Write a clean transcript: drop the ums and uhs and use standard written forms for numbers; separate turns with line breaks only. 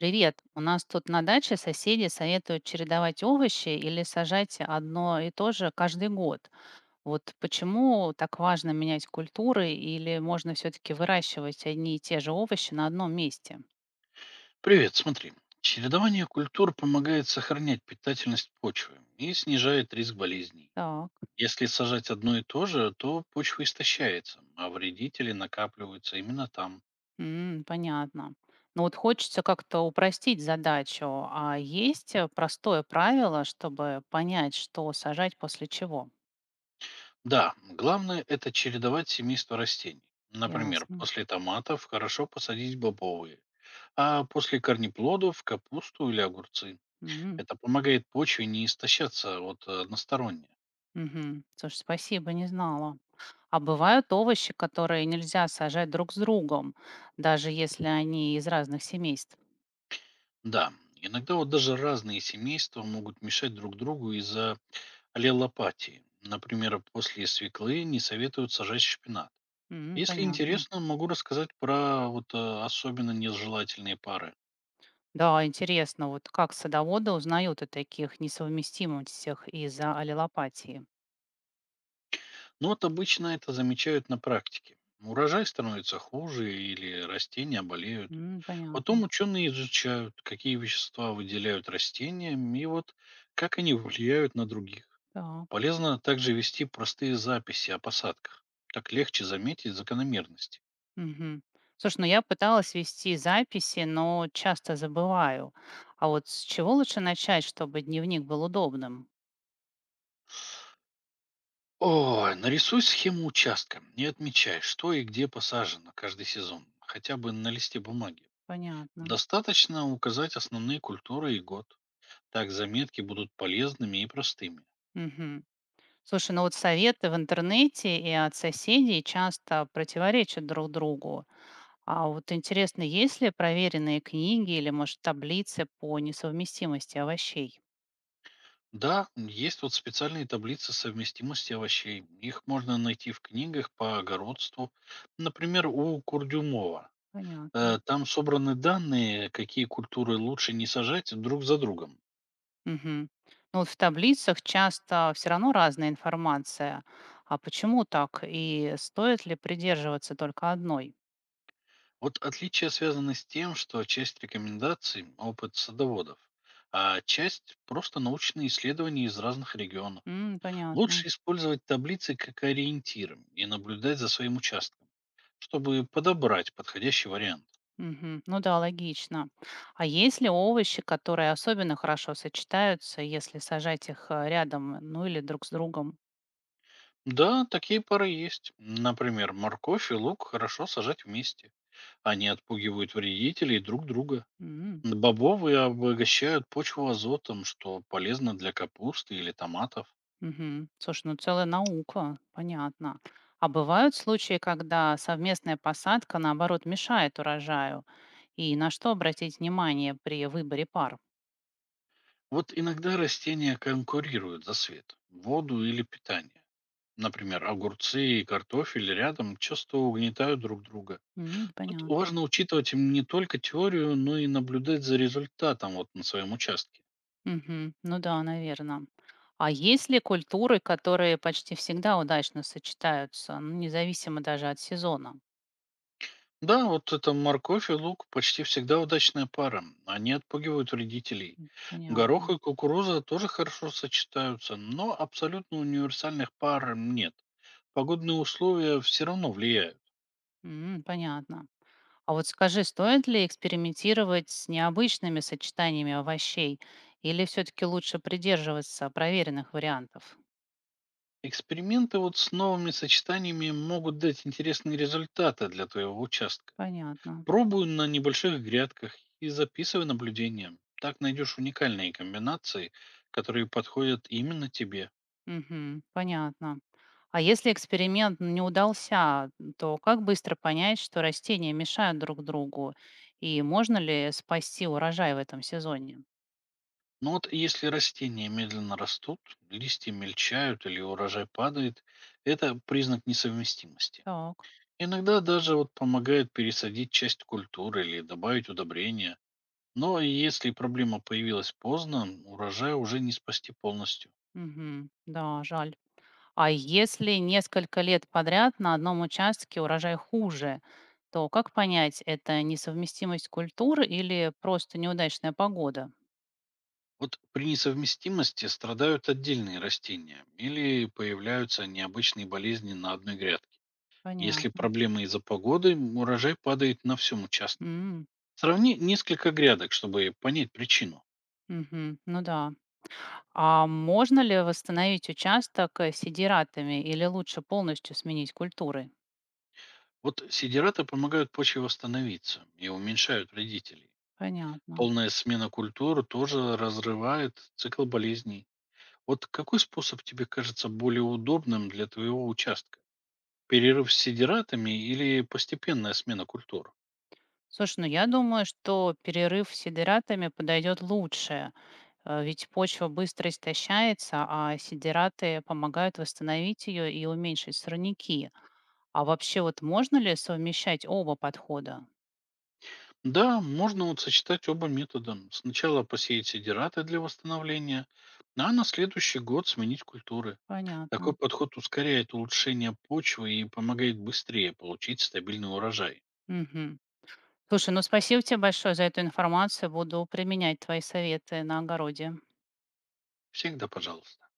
Привет. У нас тут на даче соседи советуют чередовать овощи или сажать одно и то же каждый год. Вот почему так важно менять культуры или можно все-таки выращивать одни и те же овощи на одном месте?
Привет, смотри. Чередование культур помогает сохранять питательность почвы и снижает риск болезней.
Так,
Если сажать одно и то же, то почва истощается, а вредители накапливаются именно там.
м, понятно. Ну вот хочется как-то упростить задачу. А есть простое правило, чтобы понять, что сажать после чего?
Да, главное это чередовать семейство растений. Например,
Ясно.
после томатов хорошо посадить бобовые, а после корнеплодов– капусту или огурцы.
М,
Это помогает почве не истощаться от односторонне.
мгм. Слушай, спасибо, не знала. А бывают овощи, которые нельзя сажать друг с другом, даже если они из разных семейств.
Да, иногда вот даже разные семейства могут мешать друг другу из-за аллелопатии. Например, после свеклы не советуют сажать шпинат.
М,
Если
понятно.
интересно, могу рассказать про особенно нежелательные пары.
Да, интересно, вот как садоводы узнают о таких несовместимостях из-за аллелопатии.
Но вот обычно это замечают на практике. Урожай становится хуже или растения болеют.
М,
Потом
понятно.
ученые изучают, какие вещества выделяют растения и вот как они влияют на других.
Так.
Полезно также вести простые записи о посадках. Так легче заметить закономерности.
Мгм. Слушай, ну я пыталась вести записи, но часто забываю. А вот с чего лучше начать, чтобы дневник был удобным?
Ой, нарисуй схему участка и отмечай, что и где посажено каждый сезон, хотя бы на листе бумаги.
Понятно.
Достаточно указать основные культуры и год. Так заметки будут полезными и простыми.
Мгм. Слушай, ну вот советы в интернете и от соседей часто противоречат друг другу. А вот интересно, есть ли проверенные книги или, может, таблицы по несовместимости овощей?
Да, есть вот специальные таблицы совместимости овощей. Их можно найти в книгах по огородству. Например, у Курдюмова.
Понятно.
Там собраны данные, какие культуры лучше не сажать друг за другом.
Мгм. Ну вот в таблицах часто все равно разная информация. А почему так? И стоит ли придерживаться только одной?
Вот отличия связаны с тем, что часть рекомендаций– опыт садоводов, а часть– просто научные исследования из разных регионов.
М, понятно.
Лучше использовать таблицы как ориентир и наблюдать за своим участком, чтобы подобрать подходящий вариант.
Мгм. Ну да, логично. А есть ли овощи, которые особенно хорошо сочетаются, если сажать их рядом, ну или друг с другом?
Да, такие пары есть. Например, морковь и лук хорошо сажать вместе. Они отпугивают вредителей друг друга.
М,
Бобовые обогащают почву азотом, что полезно для капусты или томатов.
мгм. Слушай, ну целая наука, понятно. А бывают случаи, когда совместная посадка, наоборот, мешает урожаю? И на что обратить внимание при выборе пар?
Вот иногда растения конкурируют за свет, воду или питание. Например, огурцы и картофель рядом часто угнетают друг друга.
М,
Тут
понятно.
важно учитывать им не только теорию, но и наблюдать за результатом вот на своем участке.
Мгм. Ну да, наверное. А есть ли культуры, которые почти всегда удачно сочетаются, ну, независимо даже от сезона?
Да, вот это морковь и лук почти всегда удачная пара. Они отпугивают вредителей.
М,
Горох
понятно.
и кукуруза тоже хорошо сочетаются, но абсолютно универсальных пар нет. Погодные условия все равно влияют.
М, понятно. А вот скажи, стоит ли экспериментировать с необычными сочетаниями овощей или все-таки лучше придерживаться проверенных вариантов?
Эксперименты вот с новыми сочетаниями могут дать интересные результаты для твоего участка.
Понятно.
Пробуй на небольших грядках и записывай наблюдения. Так найдешь уникальные комбинации, которые подходят именно тебе.
Мгм. Понятно. А если эксперимент не удался, то как быстро понять, что растения мешают друг другу и можно ли спасти урожай в этом сезоне?
Но вот если растения медленно растут, листья мельчают или урожай падает, это признак несовместимости.
Так.
Иногда даже вот помогает пересадить часть культуры или добавить удобрения. Но если проблема появилась поздно, урожай уже не спасти полностью.
Мгм. Да, жаль. А если несколько лет подряд на одном участке урожай хуже, то как понять, это несовместимость культур или просто неудачная погода?
Вот при несовместимости страдают отдельные растения или появляются необычные болезни на одной грядке. Если
Понятно.
проблемы из-за погоды, урожай падает на всем участке.
М,
Сравни несколько грядок, чтобы понять причину.
мгм, ну да. А можно ли восстановить участок сидиратами или лучше полностью сменить культуры?
Вот сидираты помогают почве восстановиться и уменьшают вредителей.
Понятно.
Полная смена культур тоже разрывает цикл болезней. Вот какой способ тебе кажется более удобным для твоего участка? Перерыв с сидиратами или постепенная смена культур?
Слушай, ну я думаю, что перерыв с сидиратами подойдет лучше. Ведь почва быстро истощается, а сидираты помогают восстановить ее и уменьшить сорняки. А вообще вот можно ли совмещать оба подхода?
Да, можно вот сочетать оба метода. Сначала посеять сидираты для восстановления, ну, а на следующий год сменить культуры. Такой
Понятно.
подход ускоряет улучшение почвы и помогает быстрее получить стабильный урожай.
Мгм. Слушай, ну спасибо тебе большое за эту информацию. Буду применять твои советы на огороде.
Всегда пожалуйста.